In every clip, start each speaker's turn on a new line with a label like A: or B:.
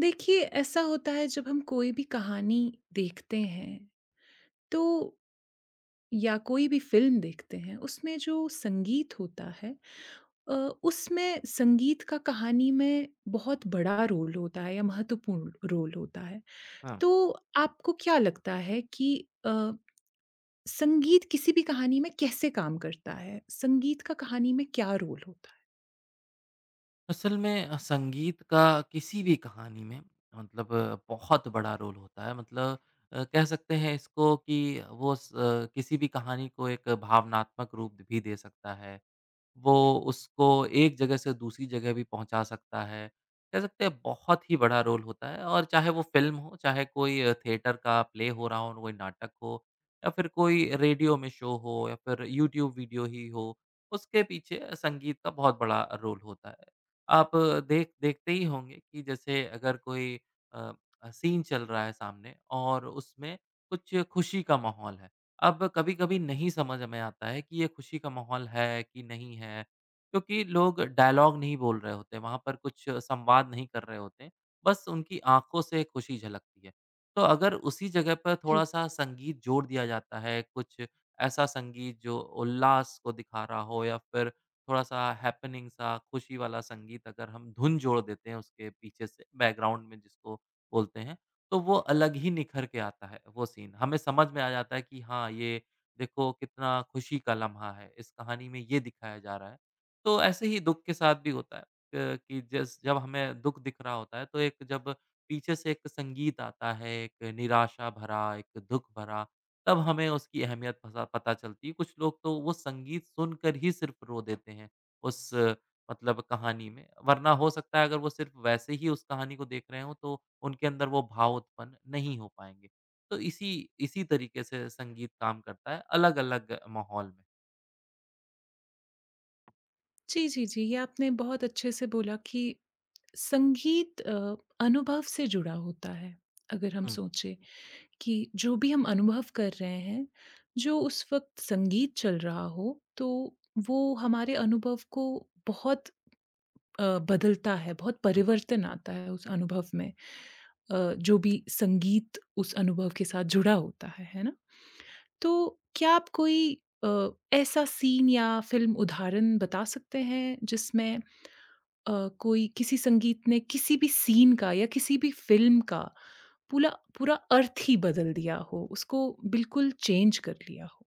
A: देखिए, ऐसा होता है जब हम कोई भी कहानी देखते हैं, तो या कोई भी फ़िल्म देखते हैं, उसमें जो संगीत होता है अ, उसमें संगीत का कहानी में बहुत बड़ा रोल होता है या महत्वपूर्ण रोल होता है।
B: हाँ।
A: तो आपको क्या लगता है कि अ, संगीत किसी भी कहानी में कैसे काम करता है? संगीत का कहानी में क्या रोल होता है?
B: असल में संगीत का किसी भी कहानी में मतलब बहुत बड़ा रोल होता है मतलब कह सकते हैं इसको कि किसी भी कहानी को एक भावनात्मक रूप भी दे सकता है वो उसको एक जगह से दूसरी जगह भी पहुँचा सकता है। कह सकते हैं बहुत ही बड़ा रोल होता है और चाहे वो फ़िल्म हो, चाहे कोई थिएटर का प्ले हो रहा हो, कोई नाटक हो या फिर कोई रेडियो में शो हो या फिर यूट्यूब वीडियो ही हो, उसके पीछे संगीत का बहुत बड़ा रोल होता है। आप देखते ही होंगे कि जैसे अगर कोई अ, सीन चल रहा है सामने और उसमें कुछ खुशी का माहौल है। अब कभी-कभी नहीं समझ में आता है कि ये खुशी का माहौल है कि नहीं है, क्योंकि लोग डायलॉग नहीं बोल रहे होते, वहाँ पर कुछ संवाद नहीं कर रहे होते, बस उनकी आँखों से खुशी झलकती है। तो अगर उसी जगह पर थोड़ा-सा संगीत जोड़ दिया जाता है, कुछ ऐसा संगीत जो उल्लास को दिखा रहा हो या फिर थोड़ा-सा हैपनिंग सा, खुशी वाला संगीत अगर हम धुन जोड़ देते हैं उसके पीछे से बैकग्राउंड में जिसको बोलते हैं, तो वो अलग ही निखर के आता है वो सीन। हमें समझ में आ जाता है कि हाँ, ये देखो कितना खुशी का लम्हा है, इस कहानी में ये दिखाया जा रहा है। तो ऐसे ही दुःख के साथ भी होता है कि जस जब हमें दुःख दिख रहा होता है तो एक जब पीछे से एक संगीत आता है, एक निराशा भरा, एक दुःख भरा, तब हमें उसकी अहमियत पता पता चलती है। कुछ लोग तो वो संगीत सुनकर ही सिर्फ़ रो देते हैं, उस मतलब कहानी में, वरना हो सकता है अगर वो सिर्फ़ वैसे ही उस कहानी को देख रहे हों तो उनके अंदर वो भाव उत्पन्न नहीं हो पाएँगे। तो इसी इसी तरीके से संगीत काम करता है अलग-अलग माहौल में।
A: जी, जी, जी। ये आपने बहुत अच्छे से बोला कि संगीत अनुभव से जुड़ा होता है। अगर हम
B: हुँ,
A: सोचें कि जो भी हम अनुभव कर रहे हैं, जो उस वक़्त संगीत चल रहा हो, तो वो हमारे अनुभव को बहुत बदलता है, बहुत
B: बिल्कुल।
A: परिवर्तन आता है उस अनुभव में। जो भी संगीत उस अनुभव के साथ जुड़ा होता है ना? तो क्या आप कोई ऐसा सीन या फ़िल्म उदाहरण बता सकते हैं जिसमें कोई किसी संगीत ने किसी भी सीन का या किसी भी फ़िल्म का पूला पूरा अर्थ ही बदल दिया हो, उसको बिल्कुल चेंज कर लिया हो?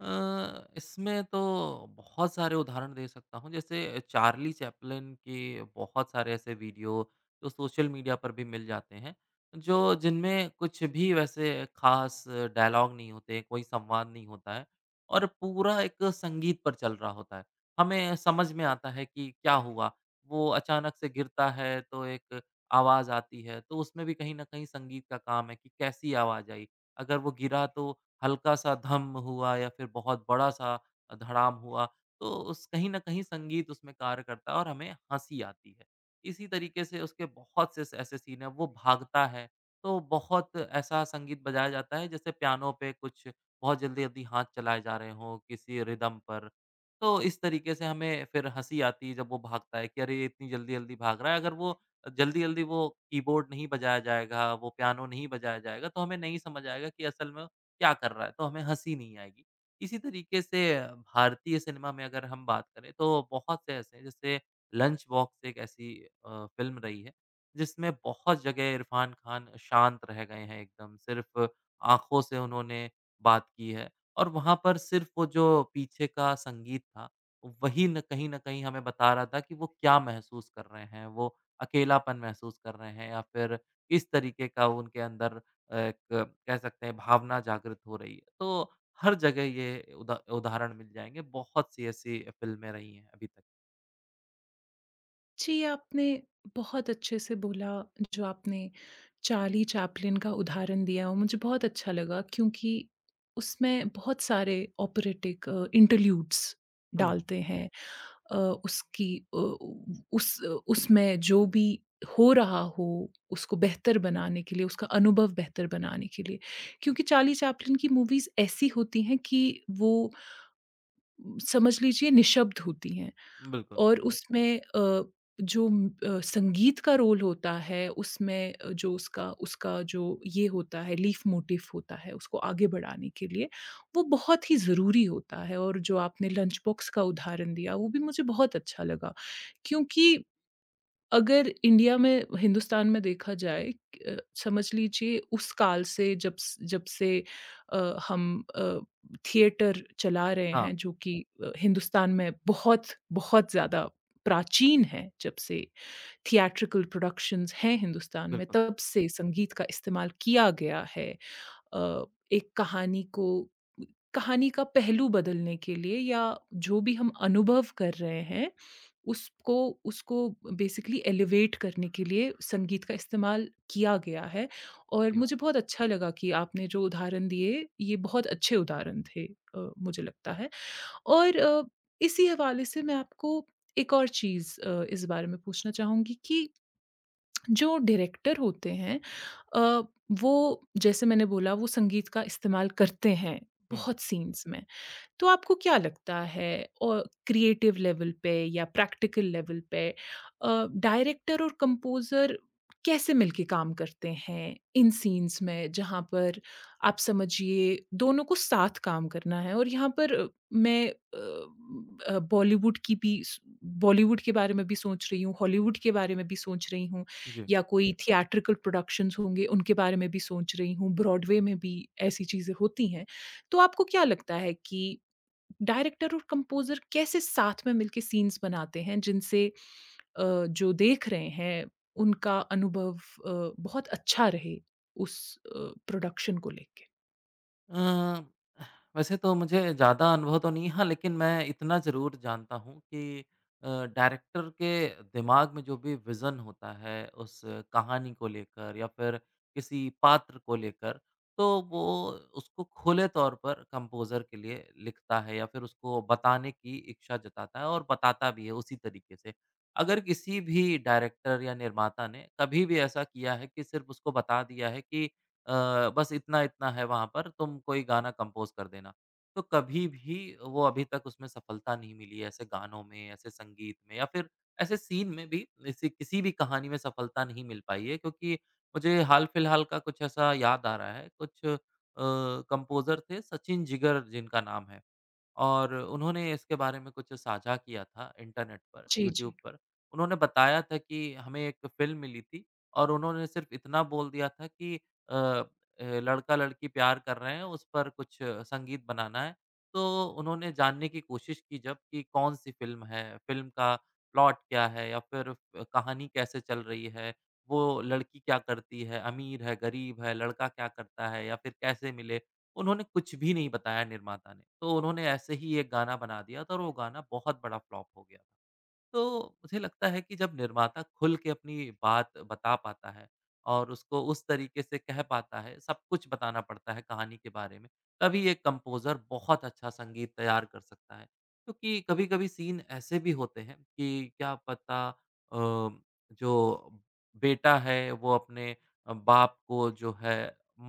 B: इसमें तो बहुत सारे उदाहरण दे सकता हूँ। जैसे चार्ली चैपलिन के बहुत सारे ऐसे वीडियो जो सोशल मीडिया पर भी मिल जाते हैं, जो जिनमें कुछ भी वैसे ख़ास डायलॉग नहीं होते, कोई संवाद नहीं होता है और पूरा एक संगीत पर चल रहा होता है। हमें समझ में आता है कि क्या हुआ, वो अचानक से गिरता है तो एक आवाज़ आती है, तो उसमें भी कहीं न कहीं संगीत का काम है कि कैसी आवाज़ आई। अगर वो गिरा तो हल्का-सा धम्म हुआ या फिर बहुत बड़ा-सा धड़ाम हुआ, तो उस कहीं न कहीं संगीत उसमें कार्य करता है और हमें हँसी आती है। इसी तरीके से उसके बहुत से स ऐसे सीन हैं, वो भागता है, तो बहुत ऐसा संगीत बजाया जाता है जैसे पियानो पे कुछ बहुत जल्दी-जल्दी हाथ चलाए जा रहे हों किसी रिदम पर। तो इस तरीके से हमें फिर हँसी आती है जब वो भागता है कि अरे! ये इतनी जल्दी-जल्दी भाग रहा है, अगर वो जल्दी-जल्दी वो कीबोर्ड नहीं बजाया जाएगा, वो पियानो नहीं बजाया जाएगा, तो हमें नहीं समझ आएगा कि असल में वो क्या कर रहा है, तो हमें हँसी नहीं आएगी। इसी तरीके से भारतीय सिनेमा में अगर हम बात करें तो बहुत से ऐसे हैं, जैसे लंच बॉक्स एक ऐसी फ़िल्म रही है, जिसमें बहुत जगह इरफ़ान खान शांत रह गए हैं एकदम, सिर्फ़ आँखों से उन्होंने बात की है और वहाँ पर सिर्फ़ वो जो पीछे का संगीत था, वही न कहीं न कहीं हमें बता रहा था कि वो क्या महसूस कर रहे हैं, वो अकेलापन महसूस कर रहे हैं या फिर किस तरीके का उनके अंदर एक कह सकते हैं भावना जागृत हो रही है। तो हर जगह ये उदाहरण मिल जाएँगे, बहुत सी ऐसी फ़िल्में रही हैं अभी तक।
A: जी, आपने बहुत अच्छे से बोला जो आपने चार्ली चैपलिन का उदाहरण दिया और मुझे बहुत अच्छा लगा क्योंकि उसमें बहुत सारे ऑपरेटिक इंटरल्यूड्स
B: हुँ,
A: डालते हैं अ, उसकी अ, उस उसमें जो भी हो रहा हो उसको बेहतर बनाने के लिए, उसका अनुभव बेहतर बनाने के लिए। क्योंकि चार्ली चैपलिन की मूवीज़ ऐसी होती हैं कि वो समझ लीजिए निःशब्द होती हैं।
B: बिल्कुल।
A: और उसमें संगीत का रोल होता है उसमें जो उसका उसका जो ये होता है लीफ मोटिव होता है उसको आगे बढ़ाने के लिए, वो बहुत ही ज़रूरी होता है और जो आपने लंच बॉक्स का उदाहरण दिया वो भी मुझे बहुत अच्छा लगा। क्योंकि अगर इंडिया में हिंदुस्तान में देखा जाए अ, समझ लीजिए उस काल से जब से हम अ, थिएटर चला रहे
B: हाँ,
A: हैं जो कि हिंदुस्तान में बहुत, बहुत ज़्यादा प्राचीन है जब से थिएट्रिकल प्रोडक्शंस हैं हिंदुस्तान में
B: बिल्कुल,
A: तब से संगीत का इस्तेमाल किया गया है। अ, एक कहानी को कहानी का पहलू बदलने के लिए या जो भी हम अनुभव कर रहे हैं उसको उसको बेसिकली एलिवेट करने के लिए संगीत का इस्तेमाल किया गया है और
B: सही बात।
A: मुझे बहुत अच्छा लगा कि आपने जो उदाहरण दिए ये बहुत अच्छे उदाहरण थे। मुझे लगता है और इसी हवाले से मैं आपको एक और चीज़ इस बारे में पूछना चाहूँगी कि जो डायरेक्टर होते हैं, अ, वो जैसे मैंने बोला वो संगीत का इस्तेमाल करते हैं
B: हुँ,
A: बहुत सीन्स में। तो आपको क्या लगता है और क्रिएटिव लेवल पे या प्रैक्टिकल लेवल पे डायरेक्टर और कंपोज़र कैसे मिलके काम करते हैं इन सीन्स में जहाँ पर आप समझिए दोनों को साथ काम करना है और यहाँ पर अ, मैं अ, अ, बॉलीवुड की भी स- बॉलीवुड के बारे में भी सोच रही हूँ, हॉलीवुड के बारे में भी सोच रही हूँ
B: जी।
A: या कोई थिएट्रिकल प्रोडक्शंस होंगे उनके बारे में भी सोच रही हूँ, ब्रॉडवे में भी ऐसी चीज़ें होती हैं। तो आपको क्या लगता है कि डायरेक्टर और कंपोज़र कैसे साथ में मिलके सीन्स बनाते हैं जिनसे अ, जो देख रहे हैं उनका अनुभव बहुत अच्छा रहे उस प्रोडक्शन को लेके?
B: अ, वैसे तो मुझे ज़्यादा अनुभव तो नहीं है, हाँ, लेकिन मैं इतना ज़रूर जानता हूँ कि अ, डायरेक्टर के दिमाग में जो भी विज़न होता है, उस कहानी को लेकर या फिर किसी पात्र को लेकर, तो वो उसको खुले तौर पर कंपोज़र के लिए लिखता है या फिर उसको बताने की इच्छा जताता है और बताता भी है उसी तरीके से। अगर किसी भी डायरेक्टर या निर्माता ने कभी भी ऐसा किया है कि सिर्फ़ उसको बता दिया है कि बस इतना-इतना है वहाँ पर, तुम कोई गाना कंपोज़ कर देना। तो कभी भी वो अभी तक उसमें सफलता नहीं मिली है, ऐसे गानों में, ऐसे संगीत में या फिर ऐसे सीन में भी ऐसी किसी भी कहानी में सफलता नहीं मिल पाई है क्योंकि मुझे हाल-फिलहाल का कुछ ऐसा याद आ रहा है, कुछ कंपोज़र थे सचिन जिगर जिनका नाम है। और उन्होंने इसके बारे में कुछ साझा किया था इंटरनेट पर,
A: जी,
B: यूट्यूब
A: जी।
B: पर। उन्होंने बताया था कि हमें एक फ़िल्म मिली थी और उन्होंने सिर्फ़ इतना बोल दिया था कि अ लड़का-लड़की प्यार कर रहे हैं, उस पर कुछ संगीत बनाना है। तो उन्होंने जानने की कोशिश की जब कि कौन-सी फ़िल्म है, फ़िल्म का प्लॉट क्या है या फिर कहानी कैसे चल रही है, वो लड़की क्या करती है, अमीर है, गरीब है, लड़का क्या करता है या फिर कैसे मिले। उन्होंने कुछ भी नहीं बताया निर्माता ने। तो उन्होंने ऐसे ही एक गाना बना दिया था और वो गाना बहुत बड़ा फ्लॉप हो गया था। तो मुझे लगता है कि जब निर्माता खुल के अपनी बात बता पाता है और उसको उस तरीके से कह पाता है, सब कुछ बताना पड़ता है कहानी के बारे में, तभी एक कंपोज़र बहुत अच्छा संगीत तैयार कर सकता है। क्योंकि कभी-कभी सीन ऐसे भी होते हैं कि क्या पता अ, जो बेटा है वो अपने बाप को जो है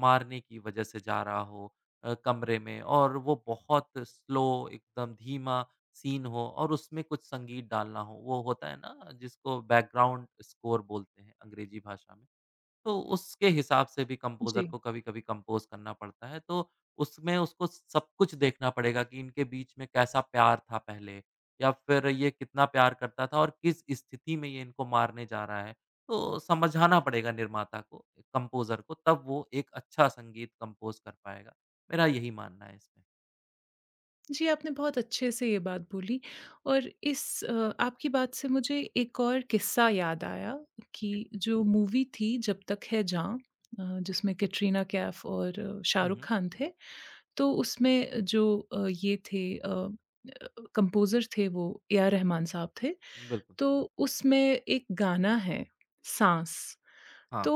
B: मारने की वजह से जा रहा हो कमरे में और वो बहुत स्लो एकदम धीमा सीन हो और उसमें कुछ संगीत डालना हो, वो होता है ना जिसको बैकग्राउंड स्कोर बोलते हैं अंग्रेजी भाषा में। तो उसके हिसाब से भी कंपोज़र
A: जी।
B: को कभी-कभी कंपोज़ करना पड़ता है, तो उसमें उसको सब कुछ देखना पड़ेगा कि इनके बीच में कैसा प्यार था पहले या फिर ये कितना प्यार करता था और किस स्थिति में ये इनको मारने जा रहा है। तो समझाना पड़ेगा निर्माता को, कंपोज़र को तब वो एक अच्छा संगीत कंपोज़ कर पाएगा। मेरा यही मानना है इसमें।
A: जी, आपने बहुत अच्छे से ये बात बोली और इस आपकी बात से मुझे एक और किस्सा याद आया
B: जी।
A: कि जो मूवी थी जब तक है जहाँ, जिसमें कैटरीना कैफ और
B: हुँ,
A: शाहरुख
B: हुँ।
A: खान थे। तो उसमें जो अ, ये थे अ अ, कंपोज़र थे वो ए आर रहमान साहब थे।
B: बिल्कुल।
A: तो उसमें एक गाना है साँस,
B: हाँ,
A: तो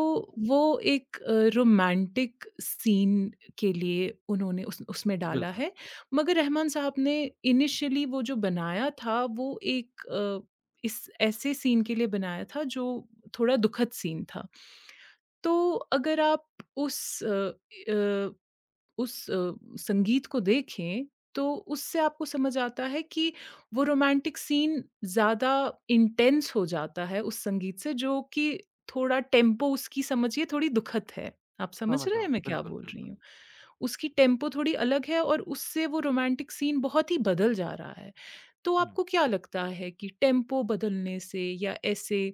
A: वो एक रोमांटिक सीन के लिए उन्होंने उस उसमें डाला
B: बिल्कुल।
A: है। मगर रहमान साहब ने इनिशियली वो जो बनाया था वो एक अ, इस ऐसे सीन के लिए बनाया था जो थोड़ा दुखद सीन था। तो अगर आप उस अ, अ, उस अ, संगीत को देखें, तो उससे आपको समझ आता है कि वो रोमांटिक सीन ज़्यादा इंटेंस हो जाता है उस संगीत से जो कि थोड़ा टेम्पो उसकी समझिए थोड़ी दुखद है। आप समझ
B: समझ
A: रहे
B: रहा
A: हैं
B: हूँ।
A: मैं क्या
B: बिल्कुल,
A: बोल रही
B: बिल्कुल।
A: हूँ? उसकी टेम्पो थोड़ी अलग है और उससे वो रोमांटिक सीन बहुत ही बदल जा रहा है। तो
B: हम्म।
A: आपको क्या लगता है कि टेम्पो बदलने से या ऐसे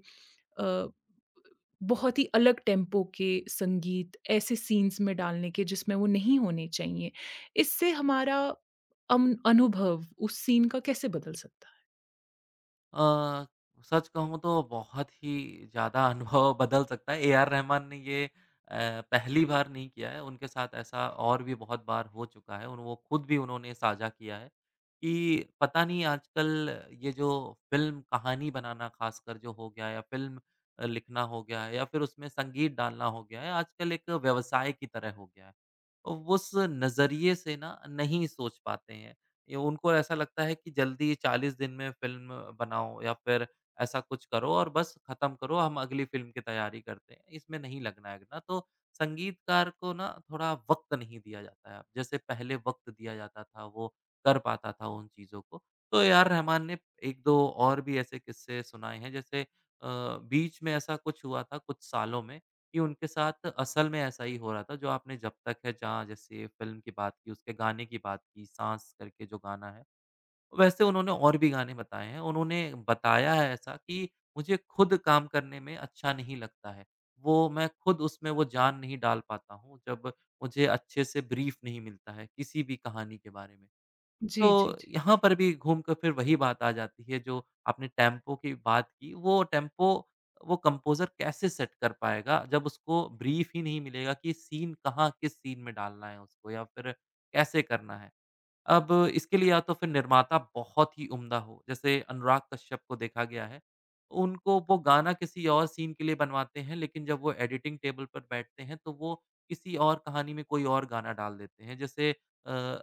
A: अ, बहुत ही अलग टेम्पो के संगीत ऐसे सीन्स में डालने के जिसमें वो नहीं होने चाहिए। इससे हमारा अम अनुभव उस सीन का कैसे बदल सकता है?
B: अ, सच कहूँ तो बहुत ही ज़्यादा अनुभव बदल सकता है। एआर रहमान ने ये पहली बार नहीं किया है, उनके साथ ऐसा और भी बहुत बार हो चुका है। उन वो खुद भी उन्होंने साझा किया है कि पता नहीं आजकल ये जो फ़िल्म कहानी बनाना ख़ासकर जो हो गया है या फ़िल्म लिखना हो गया है या फिर उसमें संगीत डालना हो गया है, आजकल एक व्यवसाय की तरह हो गया है। उस नज़रिए से ना नहीं सोच पाते हैं। ये उनको ऐसा लगता है कि जल्दी 40 दिन में फ़िल्म बनाओ या फिर ऐसा कुछ करो और बस ख़त्म करो, हम अगली फ़िल्म की तैयारी करते हैं, इसमें नहीं लगना है ना। तो संगीतकार को ना थोड़ा वक़्त नहीं दिया जाता है, जैसे पहले वक़्त दिया जाता था, वो कर पाता था उन चीज़ों को। तो एआर रहमान ने 1-2 और भी ऐसे किस्से सुनाए हैं, जैसे अ, बीच में ऐसा कुछ हुआ था कुछ सालों में कि उनके साथ असल में ऐसा ही हो रहा था, जो आपने जब तक है जहाँ जैसे फ़िल्म की बात की, उसके गाने की बात की, साँस करके जो गाना है। वैसे उन्होंने और भी गाने बताए हैं। उन्होंने बताया है ऐसा कि मुझे खुद काम करने में अच्छा नहीं लगता है। वो मैं खुद उसमें वो जान नहीं डाल पाता हूँ, जब मुझे अच्छे से ब्रीफ़ नहीं मिलता है, किसी भी कहानी के बारे में।
A: जी, जी,
B: तो
A: जी।
B: यहाँ पर भी घूम कर फिर वही बात आ जाती है जो आपने टेम्पो की बात की, वो टेम्पो वो कंपोज़र कैसे सेट कर पाएगा जब उसको ब्रीफ ही नहीं मिलेगा कि सीन कहाँ, किस सीन में डालना है उसको या फिर कैसे करना है। अब इसके लिए या तो फिर निर्माता बहुत ही उम्दा हो, जैसे अनुराग कश्यप को देखा गया है। उनको वो गाना किसी और सीन के लिए बनवाते हैं, लेकिन जब वो एडिटिंग टेबल पर बैठते हैं, तो वो किसी और कहानी में कोई और गाना डाल देते हैं। जैसे अ,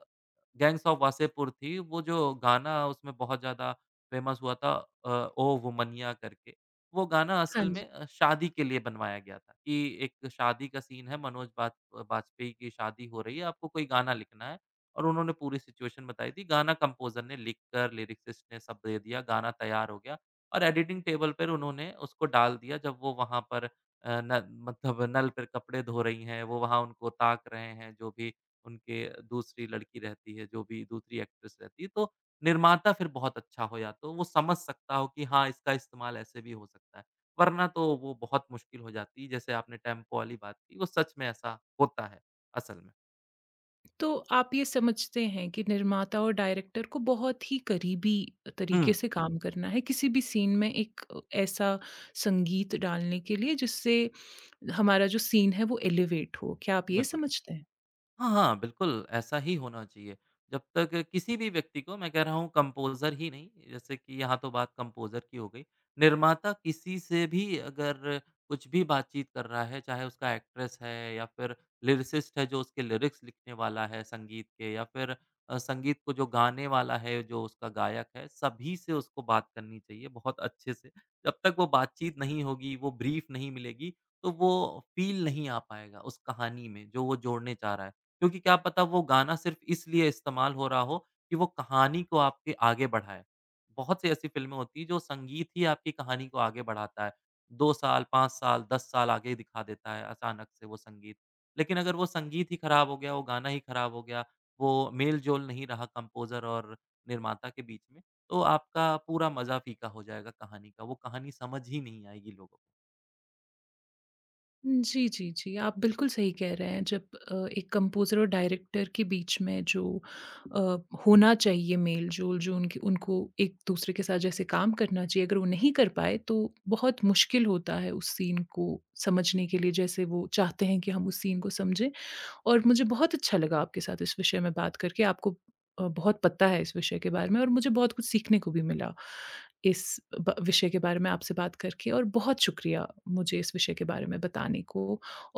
B: गैंग्स ऑफ वासेपुर थी, वो जो गाना उसमें बहुत ज़्यादा फेमस हुआ था अ, ओ वुमनिया करके। वो गाना
A: हाँ
B: असल
A: जी।
B: में शादी के लिए बनवाया गया था कि एक शादी का सीन है, मनोज बाज वाजपेयी की शादी हो रही है, आपको कोई गाना लिखना है। और उन्होंने पूरी सिचुएशन बताई थी। गाना कंपोज़र ने लिख कर लिरिसिस्ट ने सब दे दिया, गाना तैयार हो गया और एडिटिंग टेबल पर उन्होंने उसको डाल दिया जब वो वहाँ पर अ, न मतलब नल पर कपड़े धो रही हैं, वो वहाँ उनको ताक रहे हैं, जो भी उनके दूसरी लड़की रहती है, जो भी दूसरी एक्ट्रेस रहती है। तो निर्माता फिर बहुत अच्छा हो या तो वो समझ सकता हो कि हाँ, इसका इस्तेमाल ऐसे भी हो सकता है। वरना तो वो बहुत मुश्किल हो जाती, जैसे आपने टेम्पो वाली बात की, वो सच में ऐसा होता है, असल में।
A: तो आप ये समझते हैं कि निर्माता और डायरेक्टर को बहुत ही करीबी तरीके
B: हुँ,
A: से काम करना है, किसी भी सीन में एक ऐसा संगीत डालने के लिए जिससे हमारा जो सीन है वो एलिवेट हो। क्या आप ये
B: बिल्कुल।
A: समझते हैं?
B: हाँ, हाँ, बिल्कुल, ऐसा ही होना चाहिए। जब तक किसी भी व्यक्ति को मैं कह रहा हूँ कंपोज़र ही नहीं, जैसे कि यहाँ तो बात कंपोज़र की हो गई। निर्माता किसी से भी अगर कुछ भी बातचीत कर रहा है, चाहे उसका एक्ट्रेस है या फिर लिरिसिस्ट है जो उसके लिरिक्स लिखने वाला है संगीत के या फिर संगीत को जो गाने वाला है, जो उसका गायक है, सभी से उसको बात करनी चाहिए बहुत अच्छे से। जब तक वो बातचीत नहीं होगी, वो ब्रीफ़ नहीं मिलेगी, तो वो फ़ील नहीं आ पाएगा उस कहानी में, जो वो जोड़ने चाह रहा है। क्योंकि क्या पता वो गाना सिर्फ इसलिए इस्तेमाल हो रहा हो कि वो कहानी को आपके आगे बढ़ाए। बहुत सी ऐसी फ़िल्में होती हैं जो संगीत ही आपकी कहानी को आगे बढ़ाता है। 2 साल, 5 साल, 10 साल आगे दिखा देता है अचानक से वो संगीत। लेकिन अगर वो संगीत ही खराब हो गया, वो गाना ही खराब हो गया, वो मेल-जोल नहीं रहा कंपोज़र और निर्माता के बीच में, तो आपका पूरा मज़ा फ़ीका हो जाएगा कहानी का। वो कहानी समझ ही नहीं आएगी लोगों को।
A: जी, जी, जी। आप बिल्कुल सही कह रहे हैं। जब एक कंपोज़र और डायरेक्टर के बीच में जो अ, होना चाहिए मेल-जोल, जो उनकी उनको एक-दूसरे के साथ जैसे काम करना चाहिए, अगर वो नहीं कर पाए, तो बहुत मुश्किल होता है उस सीन को समझने के लिए, जैसे वो चाहते हैं कि हम उस सीन को समझें। और मुझे बहुत अच्छा लगा आपके साथ इस विषय में बात करके। आपको बहुत पता है इस विषय के बारे में और मुझे बहुत कुछ सीखने को भी मिला, इस ब विषय के बारे में आपसे बात करके और बहुत शुक्रिया मुझे इस विषय के बारे में बताने को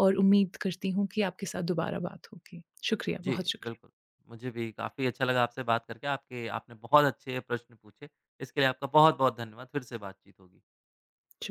A: और उम्मीद करती हूँ कि आपके साथ दोबारा बात होगी। शुक्रिया,
B: जी,
A: बहुत
B: बिल्कुल।
A: शुक्रिया।
B: मुझे भी काफ़ी अच्छा लगा आपसे बात करके। आपके आपने बहुत अच्छे प्रश्न पूछे। इसके लिए आपका बहुत-बहुत धन्यवाद। फिर से बातचीत होगी।